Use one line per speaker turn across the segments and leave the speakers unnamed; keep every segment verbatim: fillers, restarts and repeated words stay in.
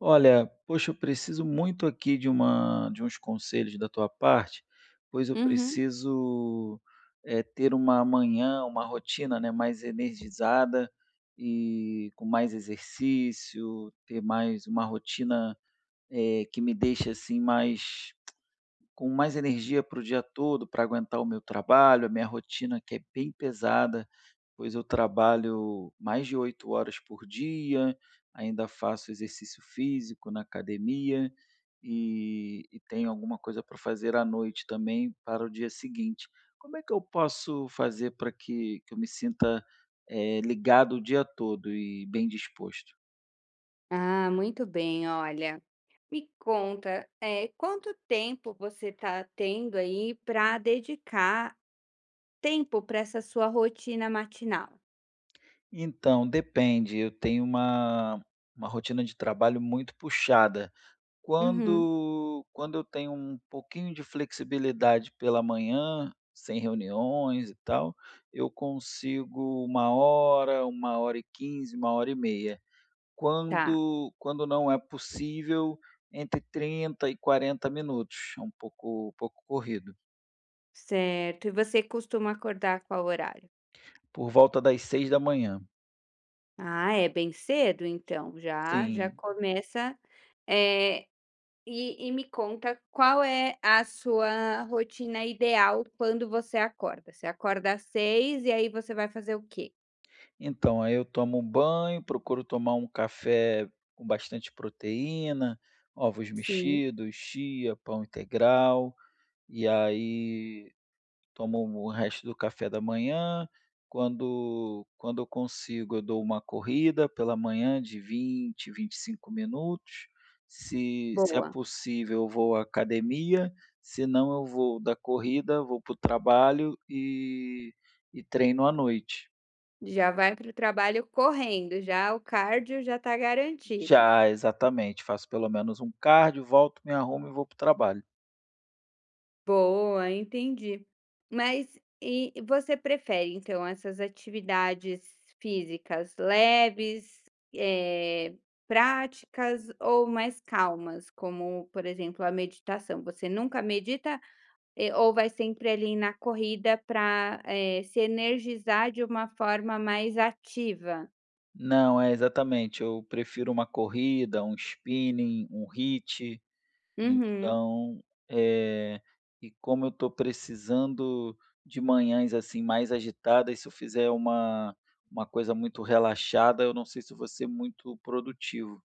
Olha, poxa, eu preciso muito aqui de uma de uns conselhos da tua parte, pois eu
Uhum.
preciso, eh, ter uma manhã, uma rotina, né, mais energizada e com mais exercício, ter mais uma rotina, eh, que me deixe, assim, mais com mais energia para o dia todo, para aguentar o meu trabalho, a minha rotina que é bem pesada, pois eu trabalho mais de oito horas por dia, ainda faço exercício físico na academia e e tenho alguma coisa para fazer à noite também para o dia seguinte. Como é que eu posso fazer para que que eu me sinta, eh, ligado o dia todo e bem disposto?
Ah, muito bem, olha. Me conta, é quanto tempo você está tendo aí para dedicar tempo para essa sua rotina matinal?
Então, depende. Eu tenho uma uma rotina de trabalho muito puxada.
Uhum.
Quando quando eu tenho um pouquinho de flexibilidade pela manhã, sem reuniões e tal, eu consigo uma hora, uma hora e quinze, uma hora e meia.
Tá,
Quando quando não é possível, entre trinta e quarenta minutos, é um pouco pouco corrido.
certo. E você costuma acordar qual horário?
Por volta das seis da manhã.
Ah, é bem cedo então, já já
Sim.
começa, é? E e me conta qual é a sua rotina ideal quando você acorda? Você acorda às seis e aí você vai fazer o quê?
Então, aí eu tomo um banho, procuro tomar um café com bastante proteína, ovos
Sim,
mexidos, chia, pão integral. E aí tomo o resto do café da manhã. Quando quando eu consigo, eu dou uma corrida pela manhã de vinte vinte e cinco minutos. Se se é
boa.
possível, eu vou à academia, se não, eu vou da corrida, vou para o trabalho e e treino à noite.
Já vai para o trabalho correndo, já o cardio já está garantido.
Já, exatamente, faço pelo menos um cardio, volto, me arrumo e vou para o trabalho.
Boa, entendi. Mas e você prefere então essas atividades físicas leves, eh, práticas ou mais calmas, como por exemplo a meditação? Você nunca medita, eh, ou vai sempre ali na corrida para, eh, se energizar de uma forma mais ativa?
Não, é exatamente, eu prefiro uma corrida, um spinning, um hit.
Uhum.
Então, eh, e como eu estou precisando de manhãs, assim, mais agitadas, se eu fizer uma uma coisa muito relaxada, eu não sei se eu vou ser muito produtivo.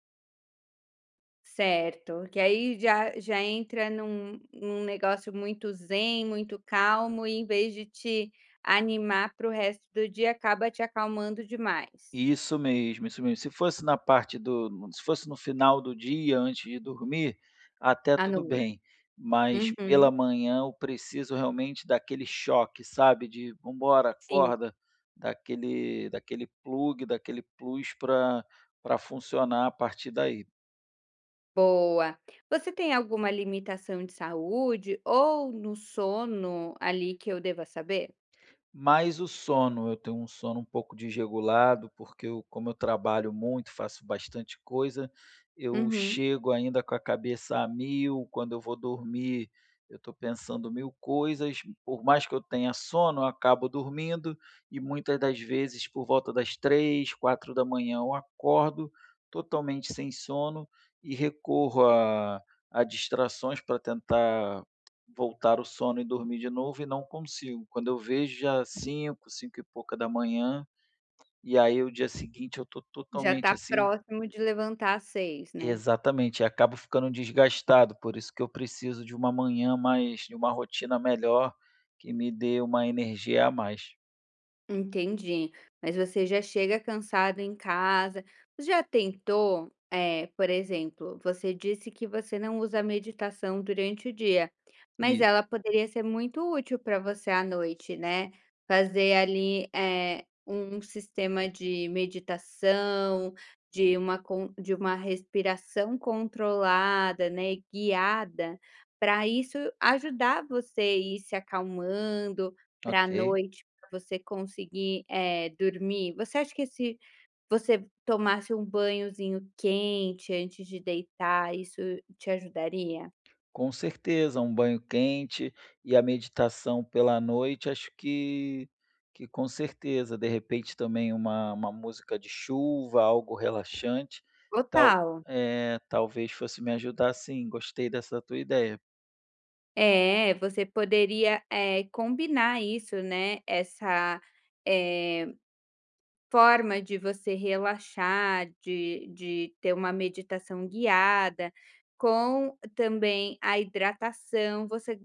Certo, que aí já já entra num num negócio muito zen, muito calmo e em vez de te animar para o resto do dia, acaba te acalmando demais,
Isso mesmo, isso mesmo. Se fosse na parte do Se fosse no final do dia, antes de dormir, até
à
tudo
noite.
bem, mas
Uhum,
pela manhã eu preciso realmente daquele choque, sabe, de: "Vamos
sim,
acorda", daquele daquele plug, daquele plus para para funcionar a partir daí.
boa. Você tem alguma limitação de saúde ou no sono ali que eu deva saber?
Mais o sono, eu tenho um sono um pouco desregulado, porque eu como eu trabalho muito, faço bastante coisa, eu
Uhum,
chego ainda com a cabeça a mil, quando eu vou dormir, eu estou pensando mil coisas, por mais que eu tenha sono, eu acabo dormindo, e muitas das vezes por volta das três, quatro da manhã, eu acordo totalmente sem sono e recorro a a distrações para tentar voltar o sono e dormir de novo e não consigo. Quando eu vejo já cinco, cinco e pouca da manhã, e aí o dia seguinte eu tô
já
totalmente
está
assim
próximo de levantar às seis, né?
exatamente, e acabo ficando desgastado, por isso que eu preciso de uma manhã mais de uma rotina melhor, que me dê uma energia a mais.
Entendi. Mas você já chega cansado em casa. Você já tentou, é, por exemplo, você disse que você não usa meditação durante o dia, mas ela
Isso,
poderia ser muito útil para você à noite, né? Fazer ali, é, um sistema de meditação, de uma con de uma respiração controlada, né, guiada, para isso ajudar você a ir se acalmando para a
ok.
noite. Você conseguir, eh, dormir, você acha que se você tomasse um banhozinho quente antes de deitar, isso te ajudaria?
Com certeza, um banho quente e a meditação pela noite, acho que que com certeza. De repente também uma uma música de chuva, algo relaxante, tal
Total.
é, talvez fosse me ajudar sim, gostei dessa tua ideia.
É, você poderia, eh, combinar isso, né, essa, eh, forma de você relaxar, de de ter uma meditação guiada, com também a hidratação. Você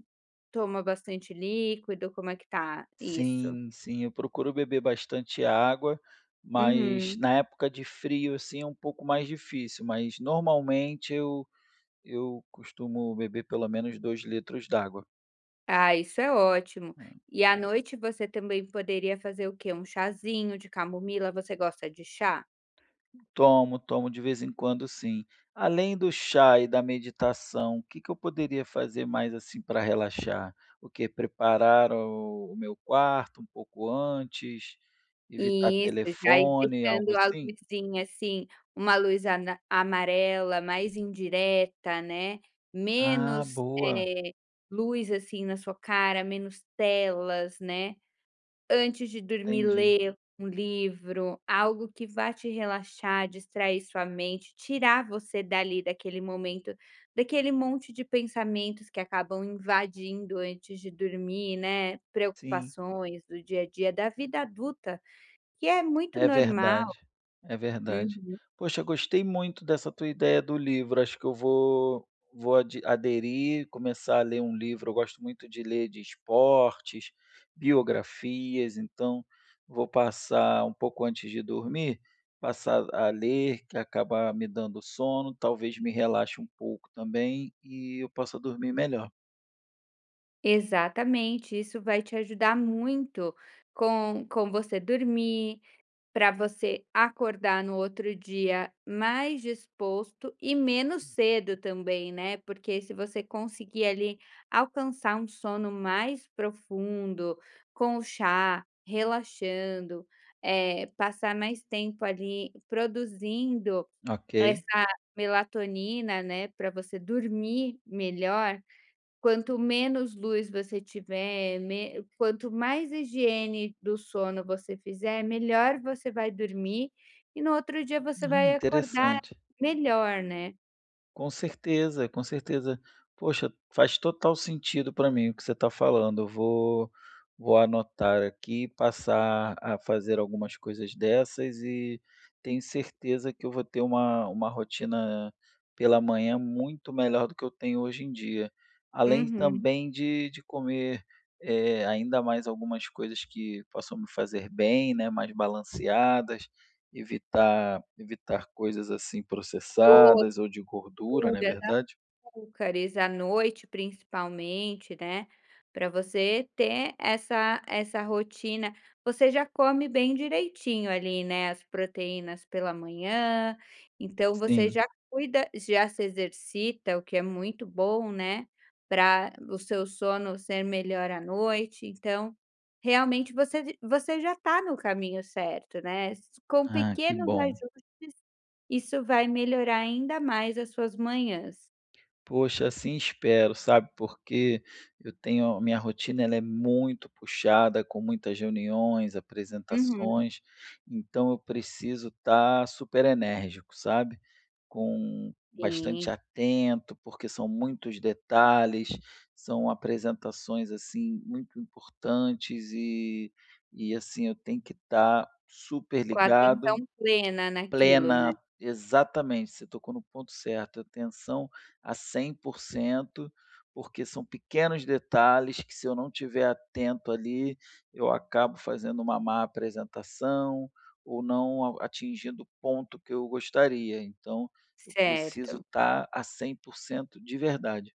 toma bastante líquido, como é que tá isso?
Sim, sim, eu procuro beber bastante água, mas
Uhum.
na época de frio, assim, é um pouco mais difícil, mas normalmente eu eu costumo beber pelo menos dois litros d'água.
Ah, isso é ótimo.
É.
E à noite você também poderia fazer o quê? Um chazinho de camomila, você gosta de chá?
Tomo, tomo de vez em quando sim. Além do chá e da meditação, o que que eu poderia fazer mais, assim, para relaxar? O que preparar o o meu quarto um pouco antes? Evitar
Isso, já ir
telefone, algo
deixando a
assim?
luzinha, assim, uma luz ana amarela, mais indireta, né,
Ah,
menos,
boa,
eh, luz, assim, na sua cara, menos telas, né. Antes de dormir,
entendi.
ler um livro, algo que vá te relaxar, distrair sua mente, tirar você dali daquele momento, daquele monte de pensamentos que acabam invadindo antes de dormir, né,
Sim.
preocupações do dia a dia, da vida adulta, que é muito
É
normal.
verdade, é verdade.
Uhum.
Poxa, gostei muito dessa tua ideia do livro, acho que eu vou vou ade aderir, começar a ler um livro, eu gosto muito de ler de esportes, biografias, então vou passar um pouco antes de dormir, passar a ler, que acaba me dando sono, talvez me relaxe um pouco também e eu possa dormir melhor.
Exatamente, isso vai te ajudar muito com com você dormir, para você acordar no outro dia mais disposto e menos cedo também, né, porque se você conseguir ali alcançar um sono mais profundo, com o chá, relaxando, eh, passar mais tempo ali produzindo
Ok.
essa melatonina, né, para você dormir melhor. Quanto menos luz você tiver, me quanto mais higiene do sono você fizer, melhor você vai dormir e no outro dia você
Ah,
vai acordar
interessante.
melhor, né.
Com certeza, com certeza. Poxa, faz total sentido para mim o que você está falando. Eu vou, vou anotar aqui, passar a fazer algumas coisas dessas e tenho certeza que eu vou ter uma, uma rotina pela manhã muito melhor do que eu tenho hoje em dia. Além
Uhum.
também de, de comer eh, ainda mais algumas coisas que possam me fazer bem, né, mais balanceadas, Evitar evitar coisas, assim, processadas ou de gordura,
Dor,
não é verdade?
Açúcares à noite, principalmente, né, para você ter essa essa rotina. Você já come bem direitinho ali, né, as proteínas pela manhã, então você
Sim.
já cuida já se exercita, o que é muito bom, né, para o seu sono ser melhor à noite, então, realmente você você já está no caminho certo, né. com
Ah, que
pequenos
bom.
ajustes, isso vai melhorar ainda mais as suas manhãs.
Poxa, assim espero, sabe, porque eu tenho a minha rotina ela é muito puxada, com muitas reuniões,
Uhum.
apresentações, então eu preciso estar super enérgico, sabe, com bastante
Sim,
atento, porque são muitos detalhes, são apresentações, assim, muito importantes e e, assim, eu tenho que estar super
com a atenção
ligado.
plena naquilo, né.
Plena, exatamente, você tocou no ponto certo, atenção a cem por cento porque são pequenos detalhes que se eu não tiver atento ali, eu acabo fazendo uma má apresentação, ou não a atingindo o ponto que eu gostaria, então eu preciso
Certo.
estar a cem por cento de verdade.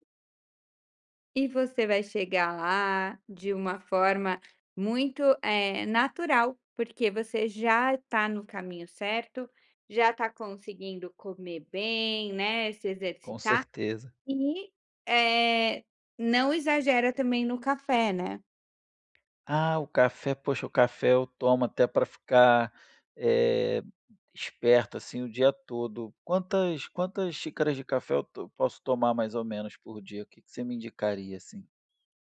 E você vai chegar lá de uma forma muito, eh, natural, porque você já está no caminho certo, já está conseguindo comer bem, né, se
Com
exercitar
certeza.
e, eh, não exagera também no café, né.
Ah, o café, poxa, o café eu tomo até para ficar, eh, esperto, assim, o dia todo. Quantas quantas xícaras de café eu to posso tomar mais ou menos por dia? O que que você me indicaria, assim?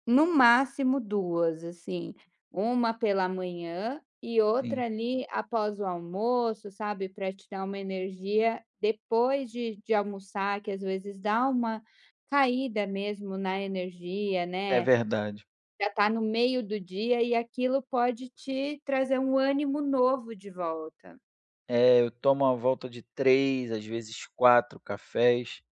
No máximo duas assim, uma pela manhã e
Sim,
outra ali após o almoço, sabe, para te dar uma energia depois de de almoçar, que às vezes dá uma caída mesmo na energia,
é
né,
verdade.
já tá no meio do dia e aquilo pode te trazer um ânimo novo de volta.
É, eu tomo a volta de três, às vezes quatro cafés.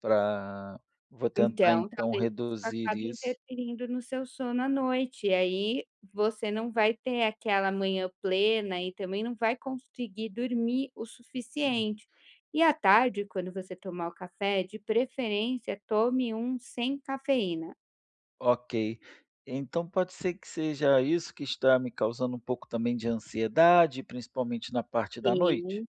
Para, vou tentar
Então,
então
talvez isso
reduzir
acabe
isso.
interferindo no seu sono à noite, e aí você não vai ter aquela manhã plena e também não vai conseguir dormir o
Sim,
suficiente. E à tarde, quando você tomar o café, de preferência, tome um sem cafeína.
ok. Então pode ser que seja isso que está me causando um pouco também de ansiedade, principalmente na parte da
Sim,
noite?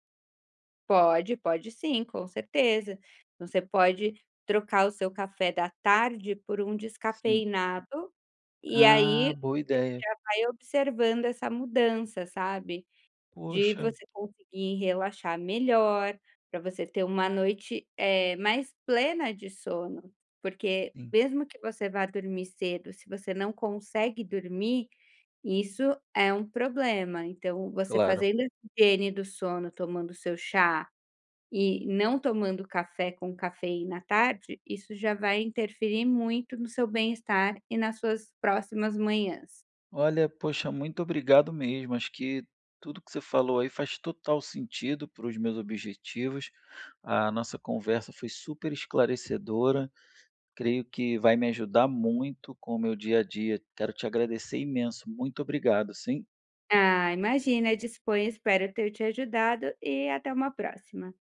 pode, pode sim, com certeza. Você pode trocar o seu café da tarde por um
Sim.
descafeinado, e
Ah,
aí
boa
você
ideia.
já vai observando essa mudança, sabe? De
Poxa,
você conseguir relaxar melhor, para você ter uma noite, eh, mais plena de sono, porque
sim,
mesmo que você vá dormir cedo, se você não consegue dormir, isso é um problema. Então, você
claro.
fazendo essa higiene do sono, tomando seu chá e não tomando café com cafeína à tarde, isso já vai interferir muito no seu bem-estar e nas suas próximas manhãs.
Olha, poxa, muito obrigado mesmo. Acho que tudo que você falou aí faz total sentido para os meus objetivos. A nossa conversa foi super esclarecedora. Creio que vai me ajudar muito com o meu dia a dia. Quero te agradecer imenso. Muito obrigado, sim.
Ah, imagina, Disponho. Espero ter te ajudado e até uma próxima.